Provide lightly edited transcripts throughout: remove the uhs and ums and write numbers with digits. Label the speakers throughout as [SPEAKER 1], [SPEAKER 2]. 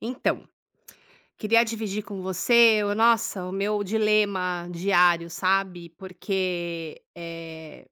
[SPEAKER 1] Então, queria dividir com você o nossa, o meu dilema diário, sabe, porque,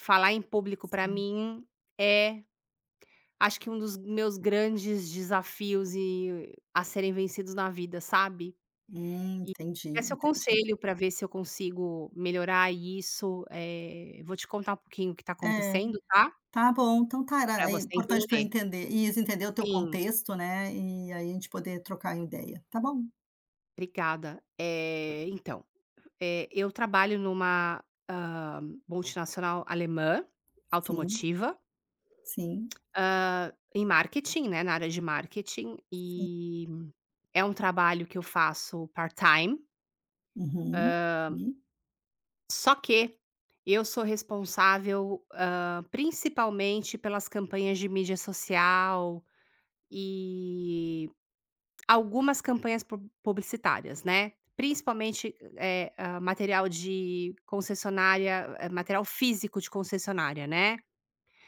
[SPEAKER 1] falar em público pra mim é, acho que um dos meus grandes desafios e a serem vencidos na vida, sabe.
[SPEAKER 2] Entendi,
[SPEAKER 1] É seu
[SPEAKER 2] entendi.
[SPEAKER 1] conselho pra ver se eu consigo melhorar isso, vou te contar um pouquinho o que tá
[SPEAKER 2] É,
[SPEAKER 1] acontecendo, tá,
[SPEAKER 2] tá bom, então tá, era
[SPEAKER 1] pra
[SPEAKER 2] é
[SPEAKER 1] você
[SPEAKER 2] importante para eu
[SPEAKER 1] entender.
[SPEAKER 2] entender e eles entender o teu
[SPEAKER 1] Sim,
[SPEAKER 2] contexto, né, e aí a gente poder trocar uma ideia. Tá bom.
[SPEAKER 1] obrigada. Então, eu trabalho numa, multinacional alemã,
[SPEAKER 2] Sim,
[SPEAKER 1] automotiva,
[SPEAKER 2] sim,
[SPEAKER 1] em marketing, né, na área de marketing,
[SPEAKER 2] sim.
[SPEAKER 1] e é um trabalho que eu faço part-time,
[SPEAKER 2] Uhum. E
[SPEAKER 1] só que eu sou responsável, principalmente pelas campanhas de mídia social e algumas campanhas publicitárias, né, principalmente, material de concessionária, material físico de concessionária, né,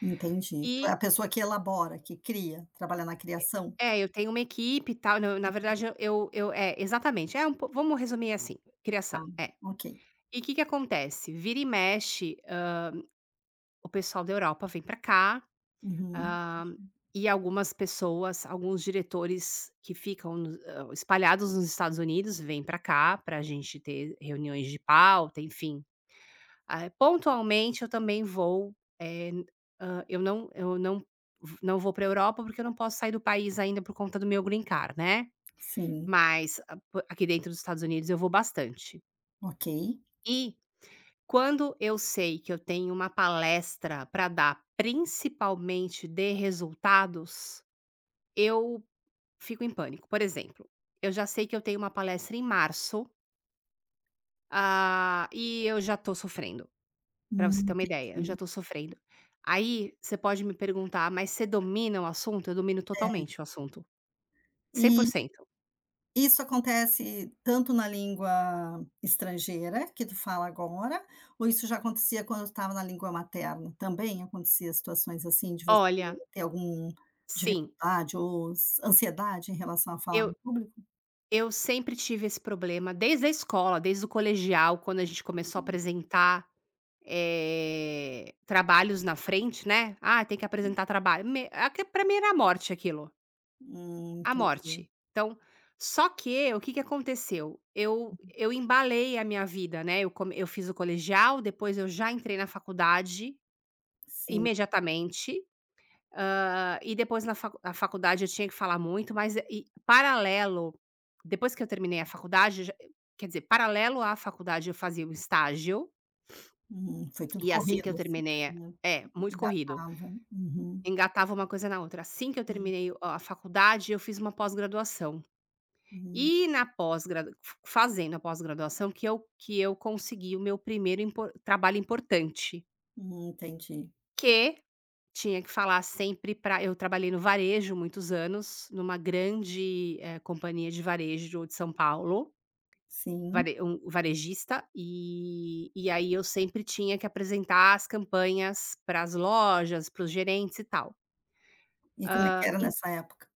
[SPEAKER 2] entendi. Tu é
[SPEAKER 1] e
[SPEAKER 2] a pessoa que elabora, que cria, trabalha na criação?
[SPEAKER 1] É, eu tenho uma equipe e tal, na verdade é, exatamente, é um po vamos resumir assim, criação,
[SPEAKER 2] Ah,
[SPEAKER 1] é.
[SPEAKER 2] ok.
[SPEAKER 1] E o que que acontece? Vira e mexe, o pessoal da Europa vem pra cá,
[SPEAKER 2] Uhum.
[SPEAKER 1] hã, e algumas pessoas, alguns diretores que ficam nos espalhados nos Estados Unidos vêm pra cá, pra gente ter reuniões de pauta, enfim. Ah, pontualmente eu também vou, eh, eu não vou pra Europa, porque eu não posso sair do país ainda por conta do meu green card, né.
[SPEAKER 2] Sim,
[SPEAKER 1] Mas a po aqui dentro dos Estados Unidos eu vou bastante.
[SPEAKER 2] ok.
[SPEAKER 1] E quando eu sei que eu tenho uma palestra para dar, principalmente de resultados, eu fico em pânico. Por exemplo, eu já sei que eu tenho uma palestra em março, ah, e eu já tô sofrendo, para você ter uma ideia, eu já
[SPEAKER 2] Entendi.
[SPEAKER 1] tô sofrendo. Aí você pode me perguntar: "Mas você domina o assunto?" Eu domino
[SPEAKER 2] É.
[SPEAKER 1] totalmente o assunto, cem por
[SPEAKER 2] E
[SPEAKER 1] cento.
[SPEAKER 2] isso acontece tanto na língua estrangeira, que tu fala agora, ou isso já acontecia quando eu estava na língua materna? Também acontecia situações assim de você
[SPEAKER 1] Olha,
[SPEAKER 2] ter algum
[SPEAKER 1] sim,
[SPEAKER 2] dificuldade ou s ansiedade em relação a falar em
[SPEAKER 1] eu
[SPEAKER 2] público?
[SPEAKER 1] Eu sempre tive esse problema desde a escola, desde o colegial, quando a gente começou a
[SPEAKER 2] Hum,
[SPEAKER 1] apresentar, trabalhos na frente, né. "Ah, tem que apresentar trabalho", me aque pra mim era a morte aquilo, a
[SPEAKER 2] entendi.
[SPEAKER 1] morte. Então, só que o que que aconteceu, eu embalei a minha vida, né, eu fiz o colegial, depois eu já entrei na faculdade
[SPEAKER 2] Sim.
[SPEAKER 1] imediatamente. E depois na facu a faculdade eu tinha que falar muito, mas e paralelo, depois que eu terminei a faculdade, eu já quer dizer, paralelo à faculdade eu fazia o estágio,
[SPEAKER 2] Uhum. Foi tudo
[SPEAKER 1] e assim que
[SPEAKER 2] corrido,
[SPEAKER 1] eu
[SPEAKER 2] assim,
[SPEAKER 1] terminei a
[SPEAKER 2] né,
[SPEAKER 1] é, muito corrido,
[SPEAKER 2] engatava. Uhum.
[SPEAKER 1] engatava uma coisa na outra. Assim que eu
[SPEAKER 2] Sim.
[SPEAKER 1] terminei o a faculdade, eu fiz uma pós-graduação.
[SPEAKER 2] Hum,
[SPEAKER 1] E na pós-gradu Fazendo a pós-graduação que eu consegui o meu primeiro impor trabalho importante,
[SPEAKER 2] entendi.
[SPEAKER 1] que Tinha que falar sempre para eu trabalhei no varejo muitos anos, numa grande, companhia de varejo de São Paulo,
[SPEAKER 2] Sim.
[SPEAKER 1] vare um varejista, e aí eu sempre tinha que apresentar as campanhas para as lojas, para os gerentes e tal.
[SPEAKER 2] E como é que era
[SPEAKER 1] En
[SPEAKER 2] nessa época?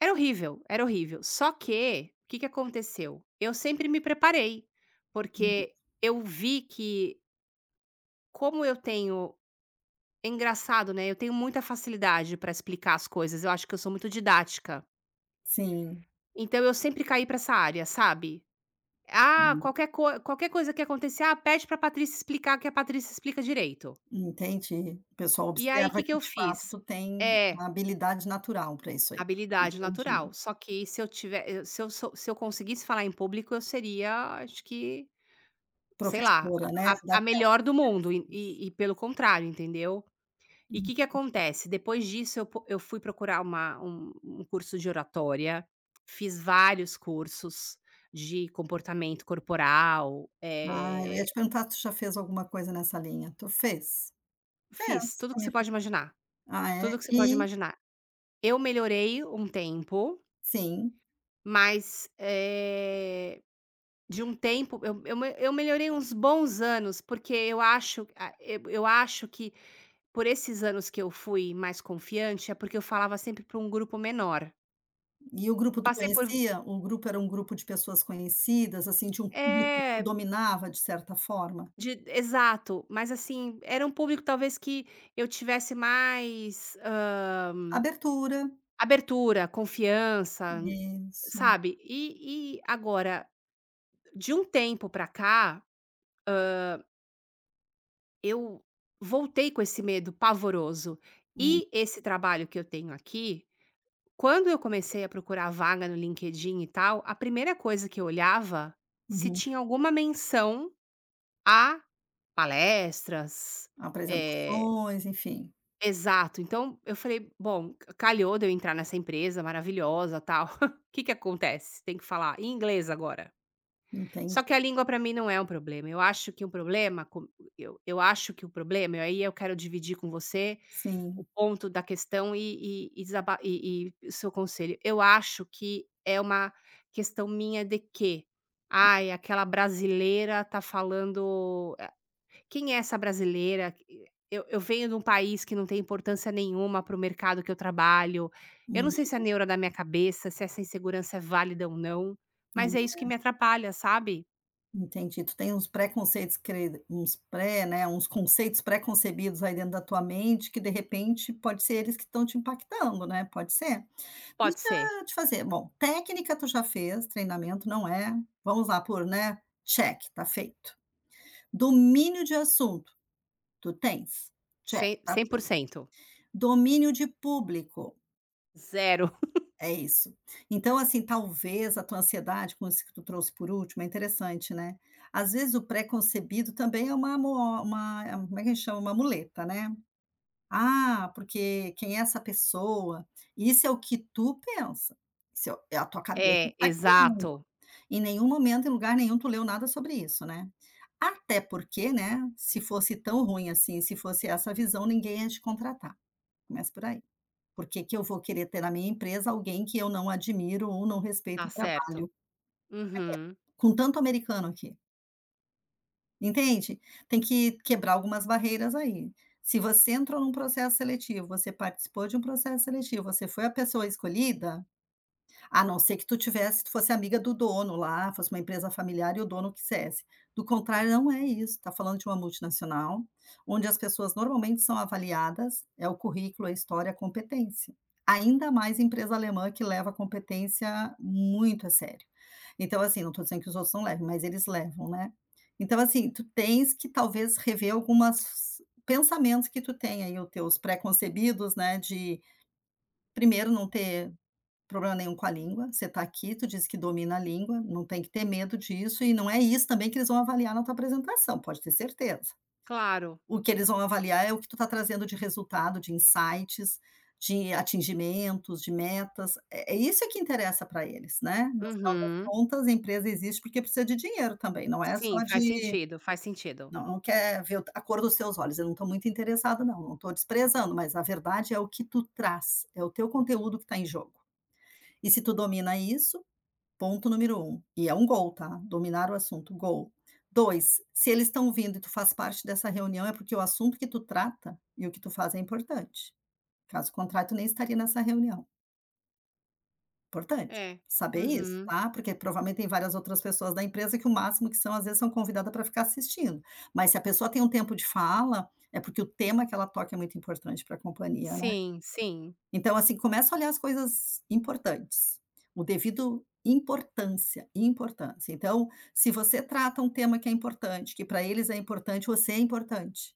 [SPEAKER 1] Era horrível, era horrível. Só que, o que que aconteceu? Eu sempre me preparei,
[SPEAKER 2] Uhum.
[SPEAKER 1] porque eu vi que como eu tenho é engraçado, né, eu tenho muita facilidade para explicar as coisas, eu acho que eu sou muito didática.
[SPEAKER 2] Sim.
[SPEAKER 1] Então eu sempre caí pra essa área, sabe. Ah,
[SPEAKER 2] Uhum.
[SPEAKER 1] qualquer coisa que acontecer: "Ah, pede pra Patrícia explicar, que a Patrícia explica direito".
[SPEAKER 2] Entendi. O pessoal
[SPEAKER 1] E aí, o
[SPEAKER 2] observa
[SPEAKER 1] que que
[SPEAKER 2] que,
[SPEAKER 1] eu
[SPEAKER 2] de fato,
[SPEAKER 1] fiz?
[SPEAKER 2] tu tem
[SPEAKER 1] É,
[SPEAKER 2] uma habilidade natural para isso aí.
[SPEAKER 1] habilidade
[SPEAKER 2] Entendi.
[SPEAKER 1] natural. Só que se eu tiver eu se eu sou se eu conseguisse falar em público, eu seria, acho que, sei lá,
[SPEAKER 2] Professora, né,
[SPEAKER 1] a
[SPEAKER 2] daquelas.
[SPEAKER 1] melhor do mundo e pelo contrário, entendeu? E o
[SPEAKER 2] Hum.
[SPEAKER 1] que que acontece? Depois disso eu fui procurar uma um um curso de oratória, fiz vários cursos de comportamento corporal,
[SPEAKER 2] Ah, eu ia te perguntar se tu já fez alguma coisa nessa linha. Tu fez?
[SPEAKER 1] fiz
[SPEAKER 2] Fez.
[SPEAKER 1] tudo que
[SPEAKER 2] Também
[SPEAKER 1] você
[SPEAKER 2] fui.
[SPEAKER 1] pode imaginar,
[SPEAKER 2] Ah, é?
[SPEAKER 1] tudo que você pode
[SPEAKER 2] E
[SPEAKER 1] imaginar. Eu melhorei um tempo,
[SPEAKER 2] sim.
[SPEAKER 1] mas, eh, de um tempo eu me eu melhorei uns bons anos, porque eu acho que por esses anos que eu fui mais confiante, é porque eu falava sempre para um grupo menor.
[SPEAKER 2] E o grupo tu
[SPEAKER 1] Passei por
[SPEAKER 2] conhecia? O grupo era um grupo de pessoas conhecidas, assim, de um público que tu
[SPEAKER 1] é.
[SPEAKER 2] dominava, de certa forma?
[SPEAKER 1] De exato, mas assim, era um público talvez que eu tivesse mais,
[SPEAKER 2] Abertura.
[SPEAKER 1] abertura, confiança,
[SPEAKER 2] Isso.
[SPEAKER 1] sabe. E agora, de um tempo pra cá, eu voltei com esse medo pavoroso.
[SPEAKER 2] Hum,
[SPEAKER 1] E esse trabalho que eu tenho aqui, quando eu comecei a procurar vaga no LinkedIn e tal, a primeira coisa que eu olhava, se
[SPEAKER 2] uhum.
[SPEAKER 1] tinha alguma menção a palestras, eh
[SPEAKER 2] Apresentações, enfim.
[SPEAKER 1] Exato. Então, eu falei: "Bom, calhou de eu entrar nessa empresa maravilhosa, tal". O que que acontece? Tem que falar em inglês agora.
[SPEAKER 2] Entendi.
[SPEAKER 1] Só que a língua para mim não é um problema. Eu acho que o problema e aí eu quero dividir com você o
[SPEAKER 2] Sim.
[SPEAKER 1] ponto da questão e desaba e o seu conselho. Eu acho que é uma questão minha de que: "Ai, aquela brasileira tá falando, quem é essa brasileira? Eu venho de um país que não tem importância nenhuma para o mercado que eu trabalho. Eu não sei
[SPEAKER 2] Hum.
[SPEAKER 1] se é neura da minha cabeça, se essa insegurança é válida ou não, mas
[SPEAKER 2] Hum,
[SPEAKER 1] é isso que me atrapalha, sabe?
[SPEAKER 2] entendi. Tu tem uns preconceitos cre uns pré né, uns conceitos pré-concebidos aí dentro da tua mente que, de repente, pode ser eles que estão te impactando, né, pode ser? Deixa
[SPEAKER 1] Pode ser.
[SPEAKER 2] eu te fazer bom, técnica tu já fez, treinamento não é, vamos lá por, né, check, tá feito. Domínio de assunto, tu tens? Check,
[SPEAKER 1] Cem
[SPEAKER 2] tá
[SPEAKER 1] cem por
[SPEAKER 2] feito.
[SPEAKER 1] cento,
[SPEAKER 2] Domínio de público.
[SPEAKER 1] zero,
[SPEAKER 2] É isso. Então, assim, talvez a tua ansiedade com isso que tu trouxe por último, é interessante, né. Às vezes o pré-concebido também é uma mo uma é um, como é que a gente chama? Uma muleta, né. "Ah, porque quem é essa pessoa?" Isso é o que tu pensa. Isso é é a tua cabeça que
[SPEAKER 1] É,
[SPEAKER 2] tá criando.
[SPEAKER 1] exato.
[SPEAKER 2] Em nenhum momento, em lugar nenhum, tu leu nada sobre isso, né. Até porque, né, se fosse tão ruim assim, se fosse essa a visão, ninguém ia te contratar. Começa por aí. Por que que eu vou querer ter na minha empresa alguém que eu não admiro ou não respeito
[SPEAKER 1] Tá
[SPEAKER 2] o
[SPEAKER 1] certo.
[SPEAKER 2] trabalho,
[SPEAKER 1] Uhum.
[SPEAKER 2] com tanto americano aqui, entende? Tem que quebrar algumas barreiras aí. Se você entrou num processo seletivo, você participou de um processo seletivo, você foi a pessoa escolhida. A não ser que tu tivesse tu fosse amiga do dono lá, fosse uma empresa familiar e o dono quisesse. Do contrário, não é isso, tá falando de uma multinacional, onde as pessoas normalmente são avaliadas, é o currículo, a história, a competência. Ainda mais empresa alemã que leva a competência muito a sério. Então, assim, não estou dizendo que os outros não levem, mas eles levam, né. Então, assim, tu tens que talvez rever algumas pensamentos que tu tem aí, os teus pré-concebidos, né, de primeiro não ter problema nenhum com a língua, você está aqui, tu diz que domina a língua, não tem que ter medo disso, e não é isso também que eles vão avaliar na tua apresentação, pode ter certeza.
[SPEAKER 1] Claro.
[SPEAKER 2] O que eles vão avaliar é o que tu tá trazendo de resultado, de insights, de atingimentos, de metas, é é isso que interessa para eles, né. No final das
[SPEAKER 1] Uhum.
[SPEAKER 2] contas, a empresa existe porque precisa de dinheiro também, não é só
[SPEAKER 1] Sim, faz
[SPEAKER 2] de
[SPEAKER 1] sentido, faz sentido.
[SPEAKER 2] não não quer ver o a cor dos teus olhos, eu não estou muito interessado não, não estou desprezando, mas a verdade é o que tu traz, é o teu conteúdo que está em jogo. E se tu domina isso, ponto número um, e é um gol, tá, dominar o assunto, gol. 2, se eles estão vindo e tu faz parte dessa reunião, é porque o assunto que tu trata e o que tu faz é importante. Caso contrário, tu nem estaria nessa reunião. Importante
[SPEAKER 1] É.
[SPEAKER 2] saber isso,
[SPEAKER 1] Uhum.
[SPEAKER 2] tá, porque provavelmente tem várias outras pessoas da empresa que o máximo que são, às vezes, são convidadas para ficar assistindo. Mas se a pessoa tem um tempo de fala, é porque o tema que ela toca é muito importante para a companhia, né?
[SPEAKER 1] Sim, sim.
[SPEAKER 2] Então, assim, começa a olhar as coisas importantes, o devido importância, importância. Então, se você trata um tema que é importante, que para eles é importante, você é importante.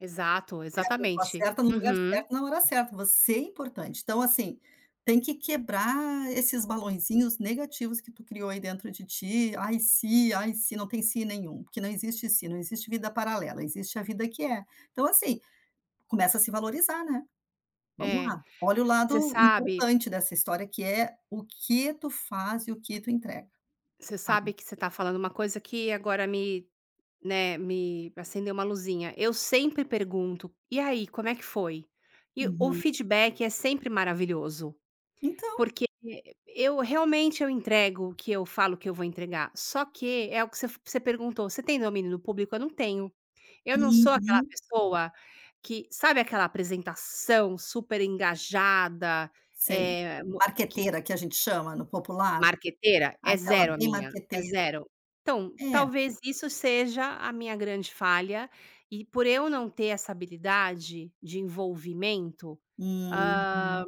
[SPEAKER 1] Exato,
[SPEAKER 2] É a pessoa
[SPEAKER 1] exatamente.
[SPEAKER 2] certa no lugar
[SPEAKER 1] Uhum.
[SPEAKER 2] certo, na hora certa, você é importante. Então, assim, tem que quebrar esses balõezinhos negativos que tu criou aí dentro de ti. Ai, se, não tem se nenhum, porque não existe se, não existe vida paralela, existe a vida que é. Então, assim, começa a se valorizar, né? Vamos
[SPEAKER 1] É.
[SPEAKER 2] lá, olha o
[SPEAKER 1] Você
[SPEAKER 2] lado
[SPEAKER 1] sabe
[SPEAKER 2] importante dessa história que é o que tu faz e o que tu entrega.
[SPEAKER 1] Você
[SPEAKER 2] Ah,
[SPEAKER 1] sabe que você está falando uma coisa que agora me, né, me acendeu uma luzinha. Eu sempre pergunto: "E aí, como é que foi?" E o
[SPEAKER 2] uhum.
[SPEAKER 1] feedback é sempre maravilhoso,
[SPEAKER 2] Então
[SPEAKER 1] porque eu realmente eu entrego o que eu falo que eu vou entregar. Só que é o que você perguntou: "Você tem domínio do público?" Eu não tenho. Eu não sou aquela
[SPEAKER 2] uhum,
[SPEAKER 1] pessoa que sabe aquela apresentação super engajada,
[SPEAKER 2] sei.
[SPEAKER 1] eh, mo que
[SPEAKER 2] Marqueteira que a gente chama no popular,
[SPEAKER 1] Marqueteira? É
[SPEAKER 2] aquela
[SPEAKER 1] zero a
[SPEAKER 2] bem
[SPEAKER 1] minha, é
[SPEAKER 2] marqueteira.
[SPEAKER 1] zero. Então,
[SPEAKER 2] É.
[SPEAKER 1] talvez isso seja a minha grande falha, e por eu não ter essa habilidade de envolvimento,
[SPEAKER 2] Hum,
[SPEAKER 1] hã,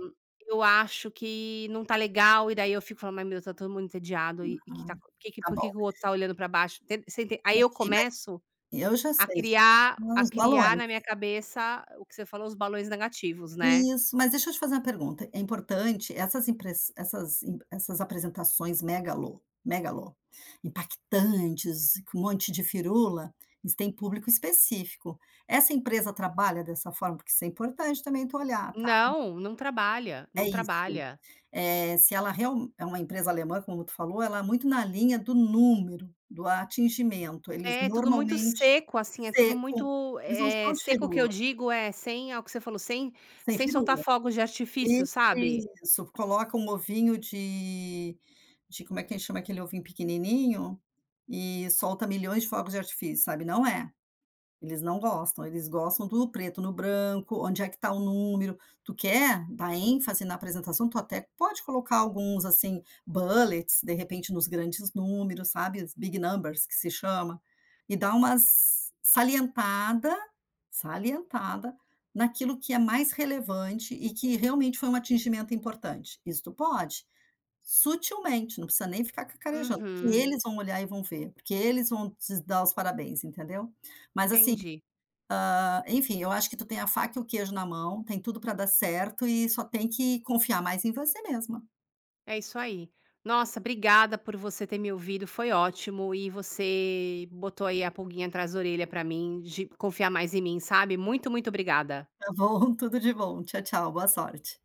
[SPEAKER 1] eu acho que não tá legal, e daí eu fico falando: "Ai meu Deus, tá todo mundo entediado e que tá
[SPEAKER 2] uhum.
[SPEAKER 1] por que que
[SPEAKER 2] Tá
[SPEAKER 1] por que
[SPEAKER 2] bom,
[SPEAKER 1] que o outro tá olhando pra baixo?" Enten você enten Aí eu
[SPEAKER 2] entendi, mas
[SPEAKER 1] começo
[SPEAKER 2] eu já
[SPEAKER 1] a
[SPEAKER 2] sei, já
[SPEAKER 1] criar a
[SPEAKER 2] uns
[SPEAKER 1] criar
[SPEAKER 2] balões.
[SPEAKER 1] na minha cabeça o que você falou, os balões negativos, né.
[SPEAKER 2] Isso, mas deixa eu te fazer uma pergunta, é importante essas impress essas im essas apresentações megalo megalo impactantes, com um monte de firula, eles têm público específico. Essa empresa trabalha dessa forma? Porque isso é importante também tu olhar, tá,
[SPEAKER 1] Não, não trabalha,
[SPEAKER 2] é
[SPEAKER 1] não
[SPEAKER 2] isso.
[SPEAKER 1] trabalha.
[SPEAKER 2] Se ela real é uma empresa alemã, como tu falou, ela é muito na linha do número, do atingimento, eles
[SPEAKER 1] É tudo muito
[SPEAKER 2] normalmente
[SPEAKER 1] seco, assim, é tudo
[SPEAKER 2] secam,
[SPEAKER 1] muito,
[SPEAKER 2] eles não são de
[SPEAKER 1] seco que eu
[SPEAKER 2] firula,
[SPEAKER 1] digo é sem é o que você falou, sem
[SPEAKER 2] sem
[SPEAKER 1] sem soltar
[SPEAKER 2] firula.
[SPEAKER 1] fogos de artifício, sabe?
[SPEAKER 2] Isso, coloca um ovinho de como é que chama aquele ovinho pequenininho, e solta milhões de fogos de artifício, sabe, não é. Eles não gostam, eles gostam do preto no branco, onde é que está o número. Tu quer dar ênfase na apresentação, tu até pode colocar alguns, assim, bullets, de repente, nos grandes números, sabe, as big numbers que se chama, e dar umas salientada, salientada naquilo que é mais relevante e que realmente foi um atingimento importante. Isso tu pode, sutilmente, não precisa nem ficar cacarejando, porque
[SPEAKER 1] Uhum,
[SPEAKER 2] eles vão olhar e vão ver, porque eles vão te dar os parabéns, entendeu? Mas assim,
[SPEAKER 1] entendi.
[SPEAKER 2] ah, enfim, eu acho que tu tem a faca e o queijo na mão, tem tudo para dar certo e só tem que confiar mais em você mesma.
[SPEAKER 1] É isso aí. Nossa, obrigada por você ter me ouvido, foi ótimo e você botou aí a pulguinha atrás da orelha pra mim de confiar mais em mim, sabe? Muito, muito obrigada.
[SPEAKER 2] Tá bom? Tudo de bom. Tchau, tchau. Boa sorte.